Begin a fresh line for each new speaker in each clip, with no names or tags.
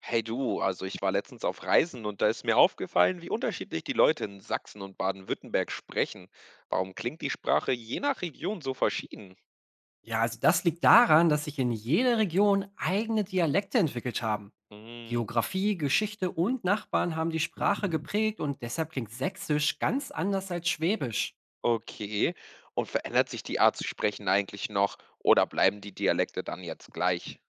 Hey du, also ich war letztens auf Reisen und da ist mir aufgefallen, wie unterschiedlich die Leute in Sachsen und Baden-Württemberg sprechen. Warum klingt die Sprache je nach Region so verschieden?
Ja, also das liegt daran, dass sich in jeder Region eigene Dialekte entwickelt haben.
Hm,
Geografie, Geschichte und Nachbarn haben die Sprache geprägt und deshalb klingt Sächsisch ganz anders als Schwäbisch.
okay. Und verändert sich die Art zu sprechen eigentlich noch oder bleiben die Dialekte dann jetzt gleich?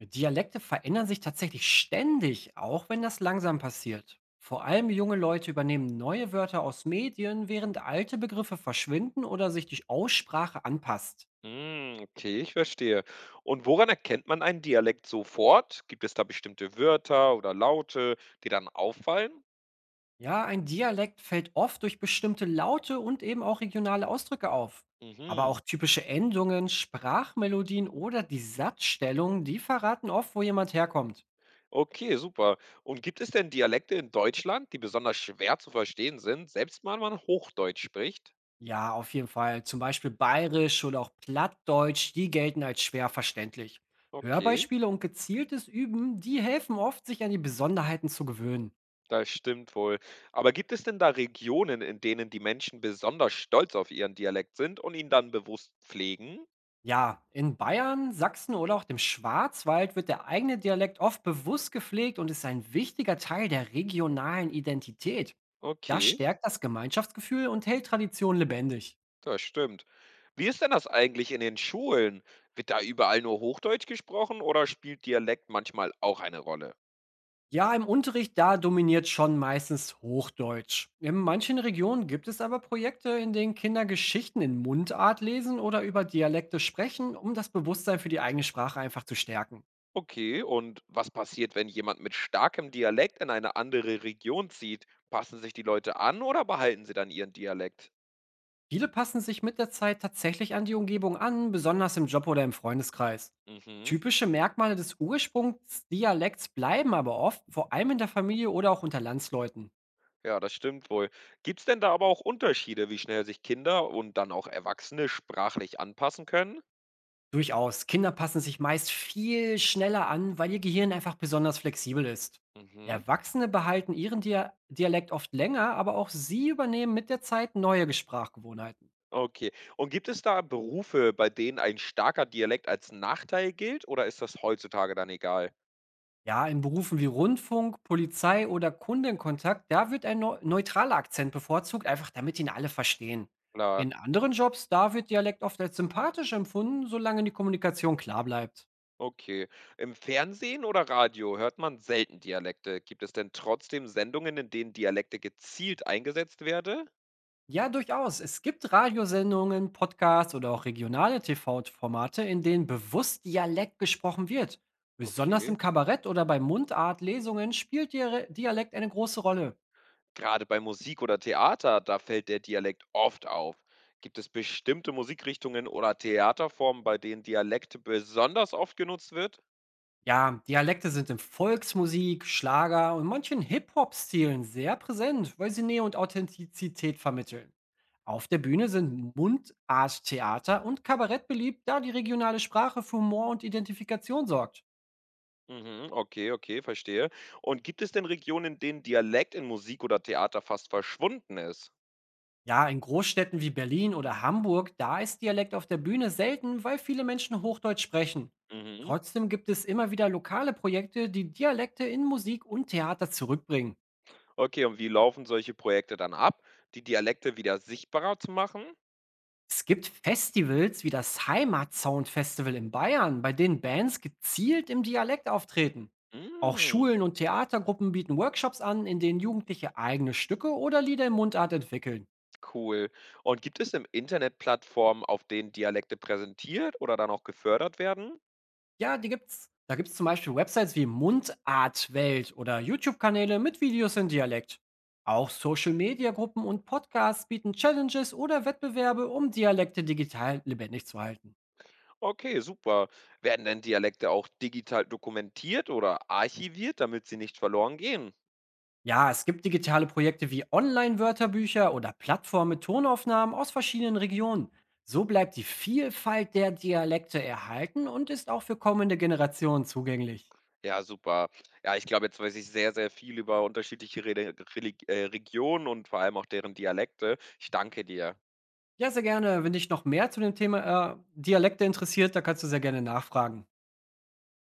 Dialekte verändern sich tatsächlich ständig, auch wenn das langsam passiert. Vor allem junge Leute übernehmen neue Wörter aus Medien, während alte Begriffe verschwinden oder sich die Aussprache anpasst.
Hm, okay, ich verstehe. Und woran erkennt man einen Dialekt sofort? Gibt es da bestimmte Wörter oder Laute, die dann auffallen?
Ja, ein Dialekt fällt oft durch bestimmte Laute und eben auch regionale Ausdrücke auf. Aber
Mhm.
auch typische Endungen, Sprachmelodien oder die Satzstellung, die verraten oft, wo jemand herkommt.
Okay, super. Und gibt es denn Dialekte in Deutschland, die besonders schwer zu verstehen sind, selbst wenn man Hochdeutsch spricht?
Ja, auf jeden Fall. Zum Beispiel Bayerisch oder auch Plattdeutsch, die gelten als schwer verständlich.
Okay,
Hörbeispiele und gezieltes Üben, die helfen oft, sich an die Besonderheiten zu gewöhnen.
das stimmt wohl. Aber gibt es denn da Regionen, in denen die Menschen besonders stolz auf ihren Dialekt sind und ihn dann bewusst pflegen?
Ja, in Bayern, Sachsen oder auch dem Schwarzwald wird der eigene Dialekt oft bewusst gepflegt und ist ein wichtiger Teil der regionalen Identität. Das
Okay,
stärkt das Gemeinschaftsgefühl und hält Tradition lebendig.
das stimmt. Wie ist denn das eigentlich in den Schulen? Wird da überall nur Hochdeutsch gesprochen oder spielt Dialekt manchmal auch eine Rolle?
Ja, im Unterricht, da dominiert schon meistens Hochdeutsch. In manchen Regionen gibt es aber Projekte, in denen Kinder Geschichten in Mundart lesen oder über Dialekte sprechen, um das Bewusstsein für die eigene Sprache einfach zu stärken.
Okay, und was passiert, wenn jemand mit starkem Dialekt in eine andere Region zieht? Passen sich die Leute an oder behalten sie dann ihren Dialekt?
Viele passen sich mit der Zeit tatsächlich an die Umgebung an, besonders im Job oder im Freundeskreis.
Mhm.
Typische Merkmale des Ursprungsdialekts bleiben aber oft, vor allem in der Familie oder auch unter Landsleuten.
Ja, das stimmt wohl. Gibt es denn da aber auch Unterschiede, wie schnell sich Kinder und dann auch Erwachsene sprachlich anpassen können?
Durchaus, Kinder passen sich meist viel schneller an, weil ihr Gehirn einfach besonders flexibel ist.
Mhm.
Erwachsene behalten ihren Dialekt oft länger, aber auch sie übernehmen mit der Zeit neue Sprachgewohnheiten.
Okay. Und gibt es da Berufe, bei denen ein starker Dialekt als Nachteil gilt oder ist das heutzutage dann egal?
Ja, in Berufen wie Rundfunk, Polizei oder Kundenkontakt, da wird ein neutraler Akzent bevorzugt, einfach damit ihn alle verstehen.
Klar.
In anderen Jobs, da wird Dialekt oft als sympathisch empfunden, solange die Kommunikation klar bleibt.
Okay. Im Fernsehen oder Radio hört man selten Dialekte. Gibt es denn trotzdem Sendungen, in denen Dialekte gezielt eingesetzt werden?
Ja, durchaus. Es gibt Radiosendungen, Podcasts oder auch regionale TV-Formate, in denen bewusst Dialekt gesprochen wird. Besonders
Okay.
im Kabarett oder bei Mundartlesungen spielt Dialekt eine große Rolle.
Gerade bei Musik oder Theater, da fällt der Dialekt oft auf. Gibt es bestimmte Musikrichtungen oder Theaterformen, bei denen Dialekte besonders oft genutzt wird?
Ja, Dialekte sind in Volksmusik, Schlager und manchen Hip-Hop-Stilen sehr präsent, weil sie Nähe und Authentizität vermitteln. Auf der Bühne sind Mundart-Theater und Kabarett beliebt, da die regionale Sprache für Humor und Identifikation sorgt.
Mhm, okay, okay, verstehe. Und gibt es denn Regionen, in denen Dialekt in Musik oder Theater fast verschwunden ist?
Ja, in Großstädten wie Berlin oder Hamburg, da ist Dialekt auf der Bühne selten, weil viele Menschen Hochdeutsch sprechen.
Mhm.
Trotzdem gibt es immer wieder lokale Projekte, die Dialekte in Musik und Theater zurückbringen.
Okay, und wie laufen solche Projekte dann ab, die Dialekte wieder sichtbarer zu machen?
Es gibt Festivals wie das Heimatsound Festival in Bayern, bei denen Bands gezielt im Dialekt auftreten. Auch
Hm,
Schulen und Theatergruppen bieten Workshops an, in denen Jugendliche eigene Stücke oder Lieder in Mundart entwickeln.
cool. Und gibt es im Internet Plattformen, auf denen Dialekte präsentiert oder dann auch gefördert werden?
Ja, die gibt's. Da gibt's zum Beispiel Websites wie Mundartwelt oder YouTube-Kanäle mit Videos in Dialekt. Auch Social-Media-Gruppen und Podcasts bieten Challenges oder Wettbewerbe, um Dialekte digital lebendig zu halten.
Okay, super. Werden denn Dialekte auch digital dokumentiert oder archiviert, damit sie nicht verloren gehen?
Ja, es gibt digitale Projekte wie Online-Wörterbücher oder Plattformen mit Tonaufnahmen aus verschiedenen Regionen. So bleibt die Vielfalt der Dialekte erhalten und ist auch für kommende Generationen zugänglich.
Ja, super. Ja, ich glaube, jetzt weiß ich sehr, sehr viel über unterschiedliche Regionen und vor allem auch deren Dialekte. Ich danke dir.
Ja, sehr gerne. Wenn dich noch mehr zu dem Thema Dialekte interessiert, da kannst du sehr gerne nachfragen.